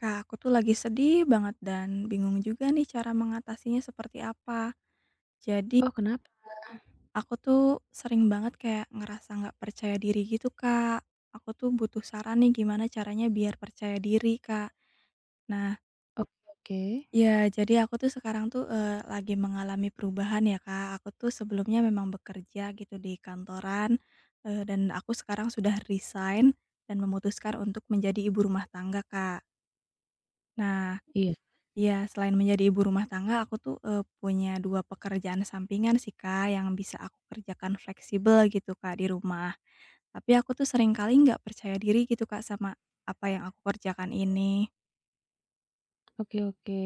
Kak, aku tuh lagi sedih banget dan bingung juga nih cara mengatasinya seperti apa. Jadi Oh kenapa? aku tuh sering banget kayak ngerasa nggak percaya diri gitu, Kak. Aku tuh butuh saran nih gimana caranya biar percaya diri, Kak. Nah, Oke oke. ya jadi aku tuh sekarang tuh, lagi mengalami perubahan ya, Kak. Aku tuh sebelumnya memang bekerja gitu di kantoran, dan aku sekarang sudah resign dan memutuskan untuk menjadi ibu rumah tangga, Kak. Nah, Iya, iya, selain menjadi ibu rumah tangga, aku tuh, punya 2 pekerjaan sampingan sih, Kak, yang bisa aku kerjakan fleksibel gitu, Kak, di rumah. Tapi aku tuh sering kali nggak percaya diri gitu, Kak, sama apa yang aku kerjakan ini. oke oke.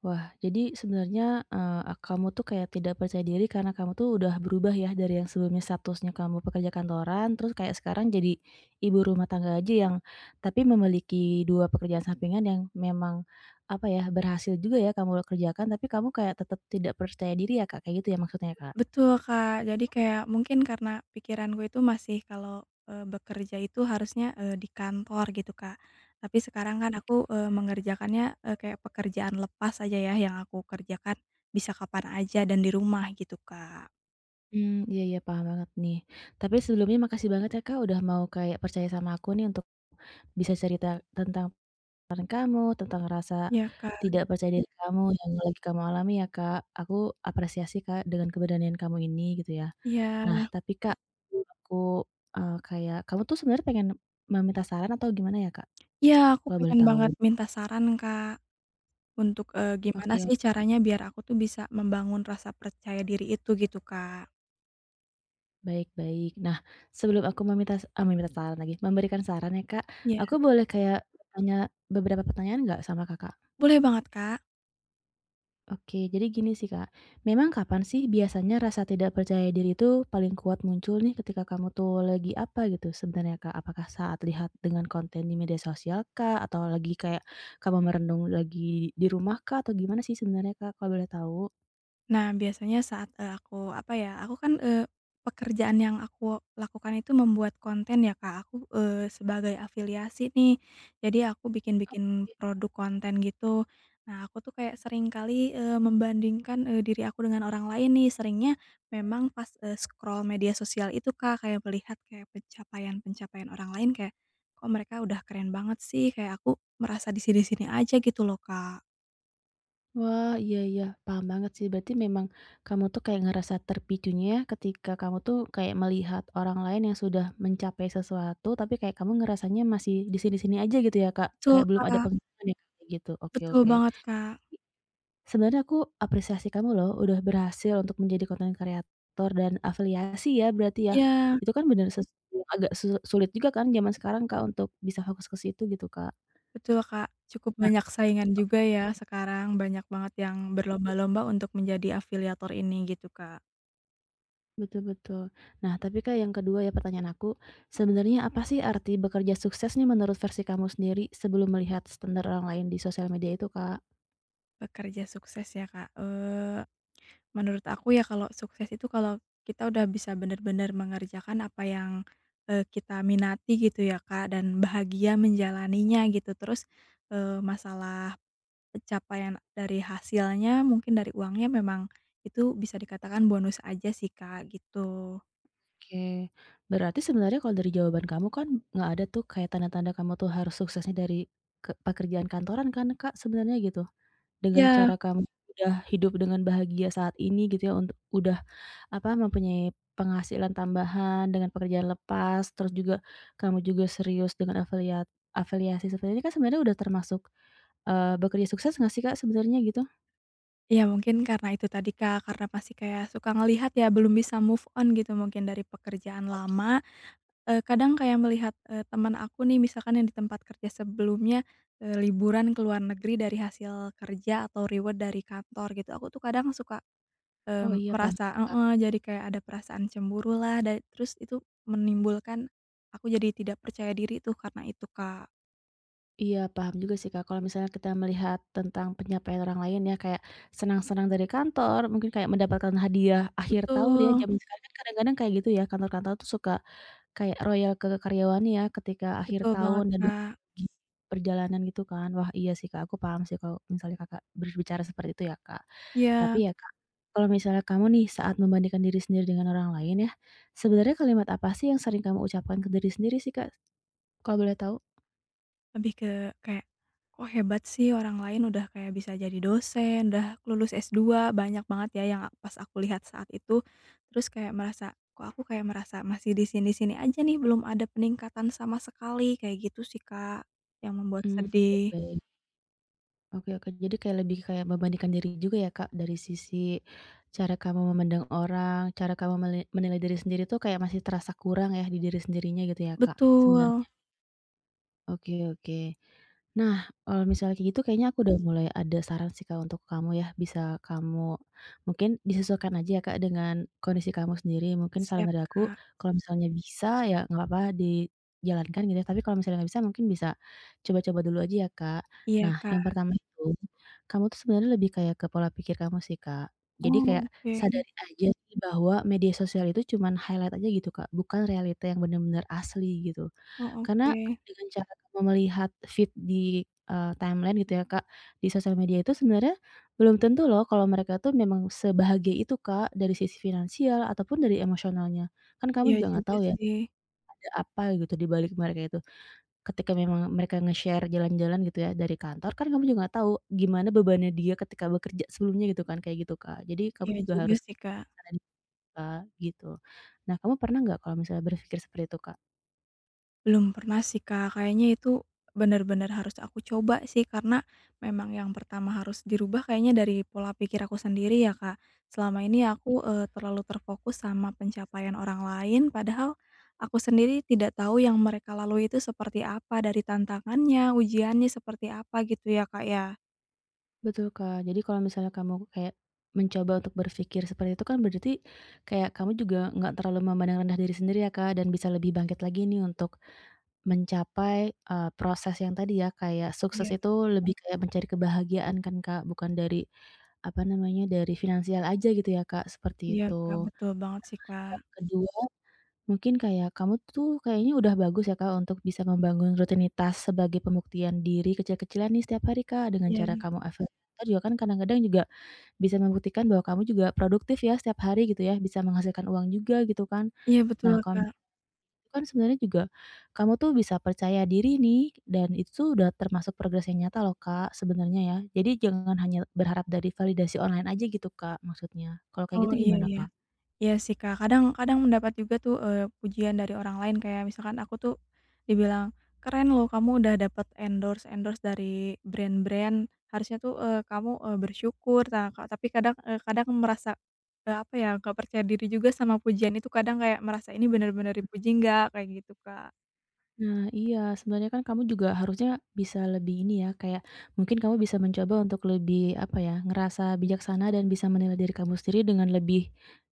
Wah jadi sebenarnya, kamu tuh kayak tidak percaya diri karena kamu tuh udah berubah ya dari yang sebelumnya statusnya kamu pekerja kantoran, terus kayak sekarang jadi ibu rumah tangga aja yang tapi memiliki 2 pekerjaan sampingan yang memang, apa ya, berhasil juga ya kamu kerjakan tapi kamu kayak tetap tidak percaya diri ya Kak, kayak gitu ya maksudnya Kak? Betul, Kak. Jadi kayak mungkin karena pikiranku itu masih kalau, bekerja itu harusnya, di kantor gitu, Kak. Tapi sekarang kan aku, mengerjakannya, kayak pekerjaan lepas aja ya yang aku kerjakan bisa kapan aja dan di rumah gitu, Kak. Hmm. Iya iya paham banget nih. Tapi sebelumnya makasih banget ya Kak, udah mau kayak percaya sama aku nih untuk bisa cerita tentang saran kamu tentang rasa Iya, Kak. tidak percaya, Mhm, diri kamu yang lagi kamu alami ya, Kak. Aku apresiasi, Kak, dengan keberanian kamu ini gitu ya. Iya. Nah, tapi, Kak, aku, kayak kamu tuh sebenarnya pengen meminta saran atau gimana ya, Kak? Iya, aku Kalau boleh pengen tahu? banget minta saran Kak, untuk, gimana Oke, sih caranya biar aku tuh bisa membangun rasa percaya diri itu gitu Kak. baik baik. Nah, sebelum aku meminta meminta saran lagi, memberikan saran ya, Kak, Ya, aku boleh kayak bertanya beberapa pertanyaan nggak sama Kakak? boleh banget Kak. Oke, jadi gini sih Kak, memang kapan sih biasanya rasa tidak percaya diri itu paling kuat muncul nih ketika kamu tuh lagi apa gitu sebenarnya Kak? Apakah saat lihat dengan konten di media sosial Kak? Atau lagi kayak kamu merenung lagi di rumah Kak? Atau gimana sih sebenarnya Kak kalau boleh tahu? Nah, biasanya saat, aku apa ya, aku kan, pekerjaan yang aku lakukan itu membuat konten ya, Kak. Aku, sebagai afiliasi nih. Jadi aku bikin-bikin Oke. produk konten gitu. Nah, aku tuh kayak sering kali, membandingkan, diri aku dengan orang lain nih. Seringnya memang pas, scroll media sosial itu, Kak, kayak melihat kayak pencapaian-pencapaian orang lain kayak, "Kok mereka udah keren banget sih?" Kayak aku merasa di sini-sini aja gitu loh, Kak. Wah, iya iya, paham banget sih. Berarti memang kamu tuh kayak ngerasa terpicunya ya ketika kamu tuh kayak melihat orang lain yang sudah mencapai sesuatu, tapi kayak kamu ngerasanya masih di sini-sini aja gitu ya, Kak? Betul, Kayak belum ada Kak. pengalaman ya, kayak gitu. Oke, Betul oke. banget, Kak. Sebenarnya aku apresiasi kamu loh, udah berhasil untuk menjadi konten kreator dan afiliasi ya berarti ya. Iya. Itu kan bener sesuatu agak sulit juga kan zaman sekarang, Kak, untuk bisa fokus ke situ gitu, Kak. Betul, Kak. Cukup banyak saingan juga ya sekarang, banyak banget yang berlomba-lomba untuk menjadi afiliator ini gitu, Kak. Betul betul. Nah, tapi Kak yang kedua ya pertanyaan aku, sebenarnya apa sih arti bekerja sukses nih menurut versi kamu sendiri sebelum melihat standar orang lain di sosial media itu, Kak? Pekerja sukses ya, Kak, menurut aku ya kalau sukses itu kalau kita udah bisa bener-bener mengerjakan apa yang, kita minati gitu ya, Kak, dan bahagia menjalaninya gitu. Terus, masalah pencapaian dari hasilnya mungkin dari uangnya memang itu bisa dikatakan bonus aja sih, Kak, gitu. Oke, berarti sebenarnya kalau dari jawaban kamu kan nggak ada tuh kayak tanda-tanda kamu tuh harus suksesnya dari ke pekerjaan kantoran kan, Kak, sebenarnya gitu. Dengan Iya. cara kamu udah hidup dengan bahagia saat ini gitu ya, untuk udah apa, mempunyai penghasilan tambahan dengan pekerjaan lepas, terus juga kamu juga serius dengan afiliasi seperti ini kan sebenarnya udah termasuk, bekerja sukses nggak sih, Kak, sebenarnya gitu? Iya mungkin karena itu tadi Kak, karena masih kayak suka ngelihat ya belum bisa move on gitu mungkin dari pekerjaan Oke. lama, kadang kayak melihat, teman aku nih misalkan yang di tempat kerja sebelumnya, liburan ke luar negeri dari hasil kerja atau reward dari kantor gitu, aku tuh kadang suka, Oh, iya, paham, merasa Kak. heeh, jadi kayak ada perasaan cemburu lah dan terus itu menimbulkan aku jadi tidak percaya diri tuh karena itu Kak. Iya, paham juga sih, Kak, kalau misalnya kita melihat tentang pencapaian orang lain ya, kayak senang-senang dari kantor, mungkin kayak mendapatkan hadiah akhir tahun ya, Betul, zaman sekarang kan kadang-kadang kayak gitu ya, kantor-kantor tuh suka kayak royal ke karyawannya ya ketika akhir betul banget tahun dan bagi Kak, perjalanan gitu kan. Wah, iya sih, Kak, aku paham sih kalau misalnya Kakak berbicara seperti itu ya, Kak. Tapi ya. ya, Kak, kalau misalnya kamu nih saat membandingkan diri sendiri dengan orang lain ya, sebenarnya kalimat apa sih yang sering kamu ucapkan ke diri sendiri sih, Kak, kalau boleh tahu? Lebih ke kayak, kok hebat sih orang lain udah kayak bisa jadi dosen, udah lulus s dua banyak banget ya yang pas aku lihat saat itu. Terus kayak merasa, kok aku kayak merasa masih di sini-sini aja nih, belum ada peningkatan sama sekali, kayak gitu sih, Kak, yang membuat Mmm, sedih. baik. Oke oke. Jadi kayak lebih kayak membandingkan diri juga ya, Kak, dari sisi cara kamu memandang orang, cara kamu menilai diri sendiri tuh kayak masih terasa kurang ya di diri sendirinya gitu ya, Kak, sebenar. Betul, Oke oke. Nah, kalau misalnya kayak gitu kayaknya aku udah mulai ada saran sih, Kak, untuk kamu ya. Bisa kamu mungkin disesuaikan aja ya, Kak, dengan kondisi kamu sendiri. Mungkin saran siap, dari aku Kak. kalau misalnya bisa ya nggak apa-apa dijalankan gitu ya, tapi kalau misalnya nggak bisa mungkin bisa coba-coba dulu aja ya, Kak. Iya, Nah, Kak. yang pertama itu, kamu tuh sebenarnya lebih kayak ke pola pikir kamu sih, Kak. Jadi Oh, kayak oke, sadari aja sih bahwa media sosial itu cuman highlight aja gitu, Kak, bukan realita yang benar-benar asli gitu. oh, Karena oke. dengan cara Kakak melihat feed di, timeline gitu ya, Kak, di sosial media itu sebenarnya belum tentu loh kalau mereka tuh memang sebahagia itu, Kak, dari sisi finansial ataupun dari emosionalnya. Kan kamu Iya juga nggak juga tahu ya, sih, ada apa gitu di balik mereka itu. Ketika memang mereka nge-share jalan-jalan gitu ya dari kantor, kan kamu juga nggak tahu gimana bebannya dia ketika bekerja sebelumnya gitu kan, kayak gitu, Kak. Jadi kamu iya juga juga harus sih, lebih Kak. bijaksana, Kak, gitu. Nah, kamu pernah nggak kalau misalnya berpikir seperti itu, Kak? Belum pernah sih, Kak, kayaknya itu bener-bener harus aku coba sih karena memang yang pertama harus dirubah kayaknya dari pola pikir aku sendiri ya, Kak. Selama ini aku, terlalu terfokus sama pencapaian orang lain padahal aku sendiri tidak tahu yang mereka lalui itu seperti apa, dari tantangannya, ujiannya seperti apa gitu ya, Kak, ya? Betul, Kak. Jadi kalau misalnya kamu kayak mencoba untuk berpikir seperti itu kan berarti kayak kamu juga nggak terlalu memandang rendah diri sendiri ya, Kak, dan bisa lebih bangkit lagi nih untuk mencapai, proses yang tadi ya, kayak sukses Iya, itu bet lebih kayak mencari kebahagiaan kan, Kak, bukan dari, apa namanya, dari finansial aja gitu ya, Kak, seperti Iya, Kak, itu. betul banget sih, Kak. Yang kedua, mungkin kayak kamu tuh kayaknya udah bagus ya, Kak, untuk bisa membangun rutinitas sebagai pembuktian diri kecil-kecilan nih setiap hari, Kak, dengan Iya, cara kamu evaluasi juga kan kadang-kadang juga bisa membuktikan bahwa kamu juga produktif ya setiap hari gitu ya, bisa menghasilkan uang juga gitu kan. iya betul, Nah, kalau Kak. misalnya itu kan sebenarnya juga kamu tuh bisa percaya diri nih dan itu udah termasuk progres yang nyata loh, Kak, sebenarnya ya. Jadi jangan hanya berharap dari validasi online aja gitu, Kak, maksudnya. Kalau kayak Oh, gitu iya gimana, iya. Kak? Iya sih, Kak, kadang kadang mendapat juga tuh, pujian dari orang lain kayak misalkan aku tuh dibilang, "Keren loh kamu udah dapat endorse-endorse dari brand-brand, harusnya tuh, kamu, bersyukur." Nah, kak tapi kadang, kadang merasa, apa ya, nggak percaya diri juga sama pujian itu, kadang kayak merasa, "Ini benar-benar dipuji nggak?" Kayak gitu, Kak. Nah iya, sebenarnya kan kamu juga harusnya bisa lebih ini ya, kayak mungkin kamu bisa mencoba untuk lebih, apa ya, ngerasa bijaksana dan bisa menilai diri kamu sendiri dengan lebih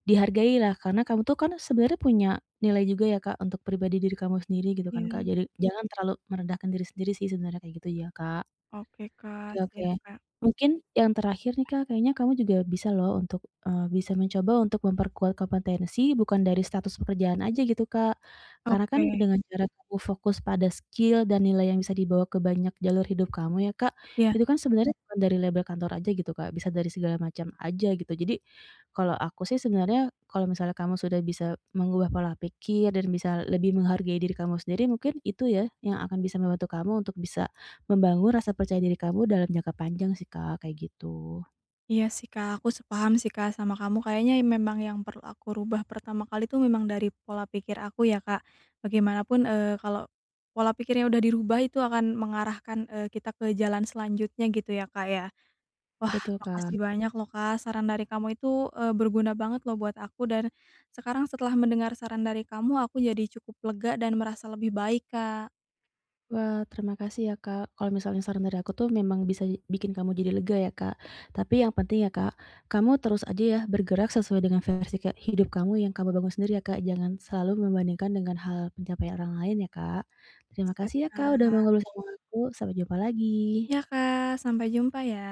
dihargai lah, karena kamu tuh kan sebenarnya punya nilai juga ya, Kak, untuk pribadi diri kamu sendiri gitu kan, Kak. Iya, Jadi jangan terlalu merendahkan diri sendiri sih sebenarnya kayak gitu ya, Kak. oke, Kak, Oke oke. siap, Kak. Mungkin yang terakhir nih Kak, kayaknya kamu juga bisa loh untuk, bisa mencoba untuk memperkuat kompetensi bukan dari status pekerjaan aja gitu Kak. Karena kan Oke, dengan cara kamu fokus pada skill dan nilai yang bisa dibawa ke banyak jalur hidup kamu ya Kak, iya. itu kan sebenarnya bukan dari label kantor aja gitu Kak, bisa dari segala macam aja gitu. Jadi, kalau aku sih sebenarnya kalau misalnya kamu sudah bisa mengubah pola pikir dan bisa lebih menghargai diri kamu sendiri, mungkin itu ya yang akan bisa membantu kamu untuk bisa membangun rasa percaya diri kamu dalam jangka panjang sih, Kak, kayak gitu. Iya sih Kak, aku sepaham sih Kak sama kamu. Kayaknya memang yang perlu aku rubah pertama kali itu memang dari pola pikir aku ya Kak. Bagaimanapun, kalau pola pikirnya udah dirubah itu akan mengarahkan, kita ke jalan selanjutnya gitu ya Kak ya. Wah Betul, Kak. makasih banyak loh Kak, saran dari kamu itu, berguna banget loh buat aku dan sekarang setelah mendengar saran dari kamu aku jadi cukup lega dan merasa lebih baik Kak. Wah, terima kasih ya, Kak. Kalau misalnya saran dari aku tuh memang bisa bikin kamu jadi lega ya, Kak. Tapi yang penting ya, Kak, kamu terus aja ya bergerak sesuai dengan versi ke hidup kamu yang kamu bangun sendiri ya, Kak. Jangan selalu membandingkan dengan hal pencapaian orang lain ya, Kak. Terima Siap kasih ya, Kak, udah Kak. mau ngobrol sama aku. Sampai jumpa lagi. Ya Kak, sampai jumpa ya.